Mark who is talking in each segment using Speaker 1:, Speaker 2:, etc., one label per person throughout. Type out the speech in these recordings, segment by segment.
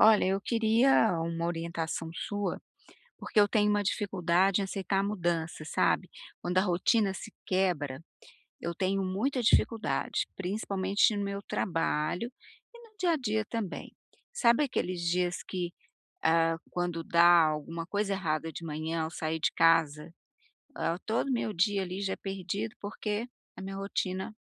Speaker 1: Olha, eu queria uma orientação sua, porque eu tenho uma dificuldade em aceitar mudança, sabe? Quando
Speaker 2: Hum.
Speaker 1: a rotina se quebra, eu tenho muita dificuldade, principalmente no meu trabalho e no dia a dia também. Sabe aqueles dias que, quando dá alguma coisa errada de manhã, eu saio de casa, todo meu dia ali já é perdido porque a minha rotina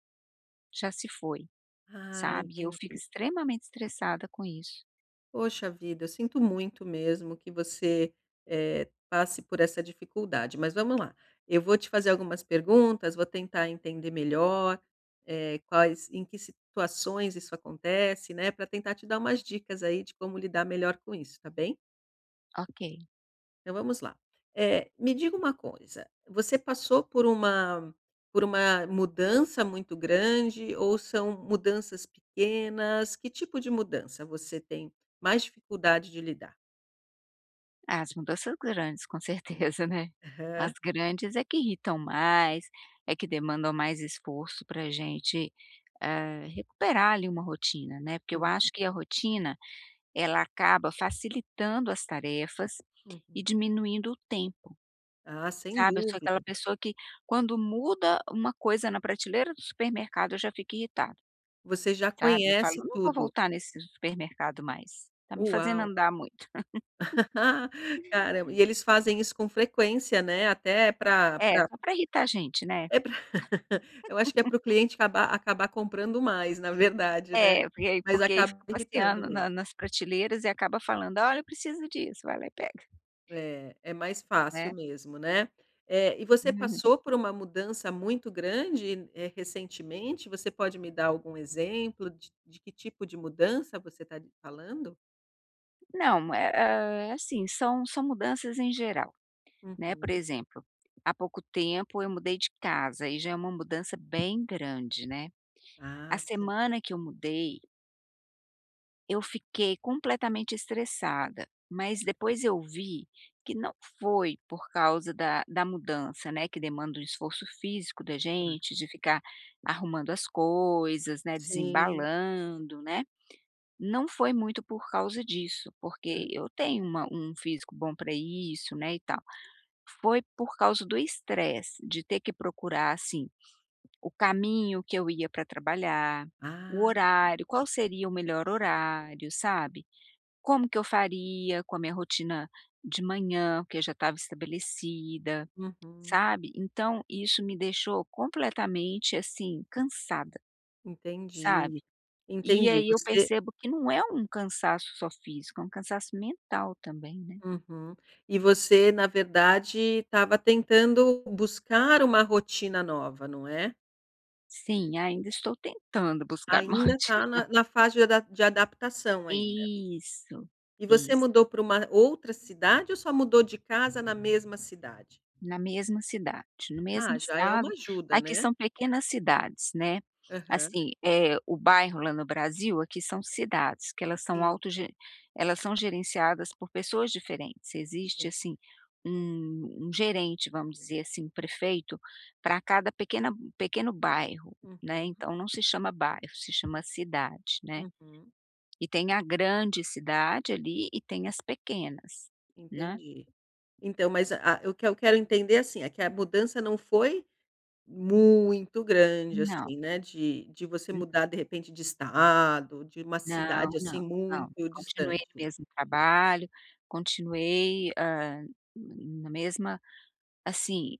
Speaker 1: já se foi,
Speaker 2: Ah,
Speaker 1: sabe? E eu fico
Speaker 2: entendi.
Speaker 1: extremamente estressada com isso.
Speaker 2: Poxa vida, eu sinto muito mesmo que você passe por essa dificuldade, mas vamos lá. Eu vou te fazer algumas perguntas, vou tentar entender melhor, quais em que situações isso acontece, né, para tentar te dar umas dicas aí de como lidar melhor com isso, tá bem?
Speaker 1: Ok.
Speaker 2: Então vamos lá. Me diga uma coisa, você passou por uma mudança muito grande ou são mudanças pequenas? Que tipo de mudança você tem mais dificuldade de lidar?
Speaker 1: Ah, as mudanças grandes, com certeza, né. As
Speaker 2: Aham.
Speaker 1: grandes é que irritam mais, é que demandam mais esforço pra gente, recuperar ali uma rotina, né, porque eu
Speaker 2: Hum,
Speaker 1: acho que a rotina, ela acaba facilitando as tarefas e
Speaker 2: uhum.
Speaker 1: diminuindo o tempo,
Speaker 2: Ah, sem
Speaker 1: sabe. Eu sou aquela
Speaker 2: dúvida.
Speaker 1: pessoa que quando muda uma coisa na prateleira do supermercado, eu já fico irritada,
Speaker 2: Você já
Speaker 1: sabe. Eu falo:
Speaker 2: conhece
Speaker 1: "Eu não vou
Speaker 2: tudo.
Speaker 1: voltar nesse supermercado mais, tá me fazendo
Speaker 2: Uau!
Speaker 1: andar muito".
Speaker 2: Caramba, e eles fazem isso com frequência, né, até para.
Speaker 1: É,
Speaker 2: Pra
Speaker 1: só
Speaker 2: pra
Speaker 1: para irritar a gente, né.
Speaker 2: é pra eu acho que é para o cliente acabar comprando mais, na verdade, né,
Speaker 1: É, porque aí
Speaker 2: mas
Speaker 1: porque aí
Speaker 2: acaba
Speaker 1: fica
Speaker 2: irritando
Speaker 1: passeando na
Speaker 2: mesmo.
Speaker 1: nas prateleiras e acaba falando: "Olha, eu preciso disso", vai lá e pega,
Speaker 2: É, é mais fácil
Speaker 1: né.
Speaker 2: mesmo, né. E você
Speaker 1: Uhum.
Speaker 2: passou por uma mudança muito grande, recentemente? Você pode me dar algum exemplo de que tipo de mudança você está falando?
Speaker 1: Não, assim, são mudanças em geral, né, por
Speaker 2: Uhum.
Speaker 1: exemplo, há pouco tempo eu mudei de casa e já é uma mudança bem grande, né. A
Speaker 2: Ah, sim.
Speaker 1: semana que eu mudei eu fiquei completamente estressada, mas depois eu vi que não foi por causa da mudança, né, que demanda um esforço físico da gente, de ficar arrumando as coisas, né,
Speaker 2: Sim.
Speaker 1: desembalando, né. Não foi muito por causa disso, porque eu tenho uma um físico bom para isso, né, e tal. Foi por causa do estresse, de ter que procurar, assim, o caminho que eu ia para trabalhar, o
Speaker 2: Ah,
Speaker 1: horário, qual seria o melhor horário, sabe. Como que eu faria com a minha rotina de manhã, que já estava estabelecida,
Speaker 2: uhum.
Speaker 1: sabe. Então isso me deixou completamente, assim, cansada, sabe.
Speaker 2: Entendi,
Speaker 1: E
Speaker 2: entendi.
Speaker 1: aí eu
Speaker 2: Você
Speaker 1: percebo que não é um cansaço só físico, é um cansaço mental também, né.
Speaker 2: uhum. E você, na verdade, estava tentando buscar uma rotina nova, não é?
Speaker 1: Sim, ainda estou tentando buscar uma
Speaker 2: Ainda está na
Speaker 1: rotina.
Speaker 2: na fase de adaptação ainda.
Speaker 1: Isso,
Speaker 2: E você
Speaker 1: isso.
Speaker 2: mudou para uma outra cidade ou só mudou de casa na mesma cidade?
Speaker 1: Na mesma cidade, no mesmo
Speaker 2: Ah, já é uma
Speaker 1: estado.
Speaker 2: ajuda,
Speaker 1: Aqui
Speaker 2: né?
Speaker 1: são pequenas cidades, né.
Speaker 2: Aham.
Speaker 1: Assim, é o bairro lá no Brasil, aqui são cidades que elas são
Speaker 2: Sim,
Speaker 1: auto elas são gerenciadas por pessoas diferentes. Existe,
Speaker 2: sim.
Speaker 1: assim, um gerente, vamos dizer assim, um prefeito para cada pequena pequeno bairro, né.
Speaker 2: Uhum,
Speaker 1: Então não se chama bairro, se chama cidade, né.
Speaker 2: uhum.
Speaker 1: E tem a grande cidade ali e tem as pequenas, né.
Speaker 2: Entendi. Então, mas a o que eu quero entender, assim, é que a mudança não foi muito grande,
Speaker 1: Não.
Speaker 2: assim, né, de você mudar, de repente, de estado, de uma
Speaker 1: Não,
Speaker 2: cidade, assim,
Speaker 1: não, não.
Speaker 2: muito
Speaker 1: Continuei no
Speaker 2: distante.
Speaker 1: mesmo trabalho, continuei, na mesma assim,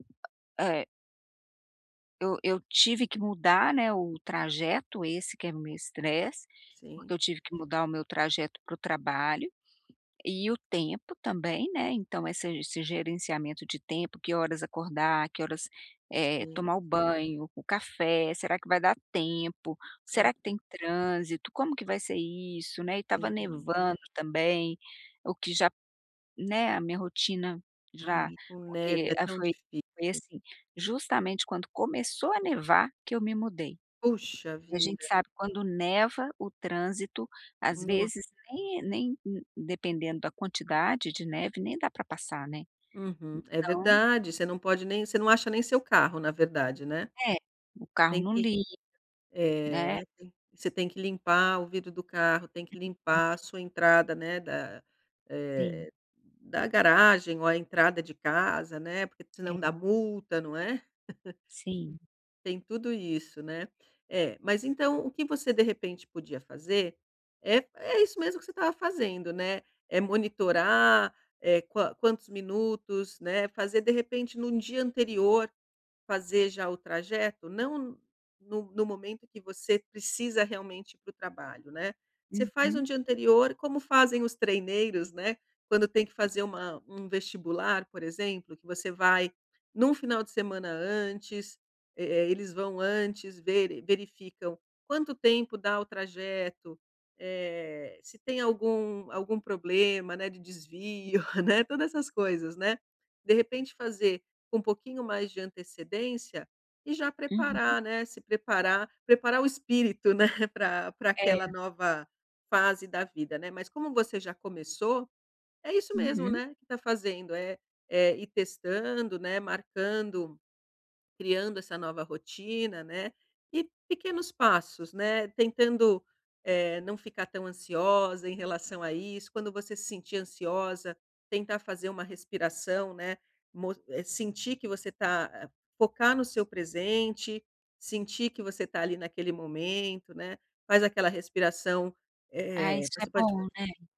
Speaker 1: eh, eu tive que mudar, né, o trajeto, esse que é o meu estresse, porque
Speaker 2: Sim,
Speaker 1: eu tive que mudar o meu trajeto para o trabalho. E o tempo também, né, então essa esse gerenciamento de tempo, que horas acordar, que horas,
Speaker 2: sim.
Speaker 1: tomar o banho, o café, será que vai dar tempo? Será que
Speaker 2: Ah,
Speaker 1: tem trânsito? Como que vai ser isso, né, e estava
Speaker 2: sim.
Speaker 1: nevando também, o que já né, a minha rotina já
Speaker 2: Ai, com neve
Speaker 1: porque,
Speaker 2: é tão
Speaker 1: foi foi
Speaker 2: difícil.
Speaker 1: assim, justamente quando começou a nevar que eu me mudei.
Speaker 2: Puxa
Speaker 1: E a
Speaker 2: vida,
Speaker 1: gente sabe quando neva o trânsito, às vezes
Speaker 2: nossa.
Speaker 1: nem dependendo da quantidade de neve, nem dá para passar, né.
Speaker 2: Uhum. É
Speaker 1: Então
Speaker 2: verdade, você não pode nem você não acha nem seu carro, na verdade, né.
Speaker 1: é, o carro
Speaker 2: Tem
Speaker 1: não
Speaker 2: que
Speaker 1: liga, né.
Speaker 2: É, tem você tem que limpar o vidro do carro, tem que limpar a sua entrada, né,
Speaker 1: Sim,
Speaker 2: eh, da garagem ou a entrada de casa, né, porque
Speaker 1: é,
Speaker 2: senão dá multa, não é?
Speaker 1: sim.
Speaker 2: Tem tudo isso, né. É, mas então o que você de repente podia fazer, é isso mesmo que você estava fazendo, né, é monitorar, quantos minutos, né, fazer de repente no dia anterior. Fazer já o trajeto, não no momento que você precisa realmente ir para o trabalho, né. Você faz um
Speaker 1: Uhum.
Speaker 2: dia anterior, como fazem os treineiros, né, quando tem que fazer uma um vestibular, por exemplo, que você vai num final de semana antes, eles vão antes, verificam quanto tempo dá o trajeto, se tem algum problema, né, de desvio, né, todas essas coisas, né. De repente fazer com um pouquinho mais de antecedência e já
Speaker 1: Uhum.
Speaker 2: preparar, né, se preparar, preparar o espírito, né, para pra aquela
Speaker 1: É.
Speaker 2: nova fase da vida, né. Mas como você já começou, é isso mesmo,
Speaker 1: Uhum.
Speaker 2: né, que está fazendo, é ir testando, né, marcando criando essa nova rotina, né, e pequenos passos, né, tentando, não ficar tão ansiosa em relação a isso. Quando você se sentir ansiosa, tentar fazer uma respiração, né, sentir que você tá focar no seu presente, sentir que você tá ali naquele momento, né. Faz aquela respiração,
Speaker 1: Ah, isso é
Speaker 2: você pode
Speaker 1: bom,
Speaker 2: 4,
Speaker 1: né.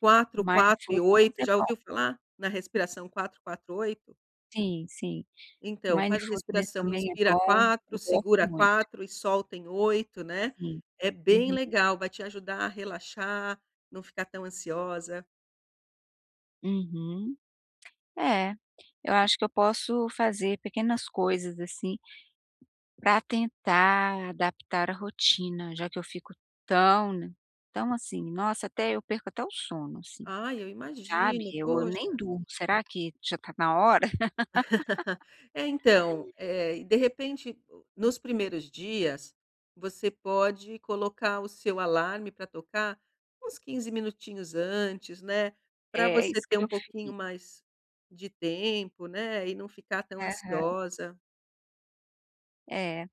Speaker 2: 4 e
Speaker 1: Mindfulness
Speaker 2: 8.
Speaker 1: é
Speaker 2: Já
Speaker 1: bom.
Speaker 2: ouviu falar na respiração 4 4, 8?
Speaker 1: Sim, sim.
Speaker 2: Então, faz a
Speaker 1: Mindfulness
Speaker 2: respiração,
Speaker 1: também é
Speaker 2: inspira
Speaker 1: bom,
Speaker 2: 4,
Speaker 1: eu
Speaker 2: segura
Speaker 1: gosto muito,
Speaker 2: 4 e solta em 8, né.
Speaker 1: sim.
Speaker 2: É bem
Speaker 1: Uhum.
Speaker 2: legal, vai te ajudar a relaxar, não ficar tão ansiosa.
Speaker 1: Uhum. É, eu acho que eu posso fazer pequenas coisas, assim para tentar adaptar a rotina, já que eu fico tão n tão assim, nossa, até eu perco até o sono, assim,
Speaker 2: Ai, eu
Speaker 1: sabe,
Speaker 2: imagino,
Speaker 1: eu nem
Speaker 2: poxa.
Speaker 1: durmo, será que já tá na hora?
Speaker 2: É, então, de repente, nos primeiros dias, você pode colocar o seu alarme para tocar uns 15 minutinhos antes, né, para
Speaker 1: É
Speaker 2: você
Speaker 1: isso
Speaker 2: ter
Speaker 1: que
Speaker 2: um
Speaker 1: eu
Speaker 2: pouquinho
Speaker 1: fiz.
Speaker 2: mais de tempo, né, e não ficar tão
Speaker 1: Aham,
Speaker 2: ansiosa.
Speaker 1: é.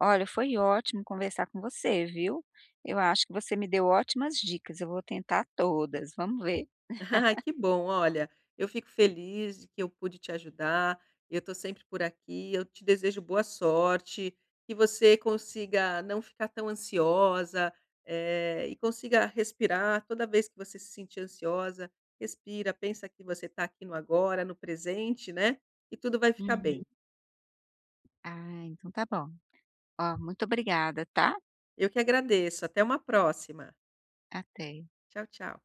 Speaker 1: Olha, foi ótimo conversar com você, viu. Eu acho que você me deu ótimas dicas, eu vou tentar todas, vamos ver.
Speaker 2: Ah, que bom. Olha, eu fico feliz de que eu pude te ajudar. Eu estou sempre por aqui. Eu te desejo boa sorte, que você consiga não ficar tão ansiosa, e consiga respirar toda vez que você se sentir ansiosa. Respira, pensa que você está aqui no agora, no presente, né? E tudo vai ficar
Speaker 1: Uhum.
Speaker 2: bem.
Speaker 1: Ah, então tá bom. Ó, muito obrigada, tá.
Speaker 2: Eu que agradeço. Até uma próxima.
Speaker 1: Até.
Speaker 2: Tchau, tchau.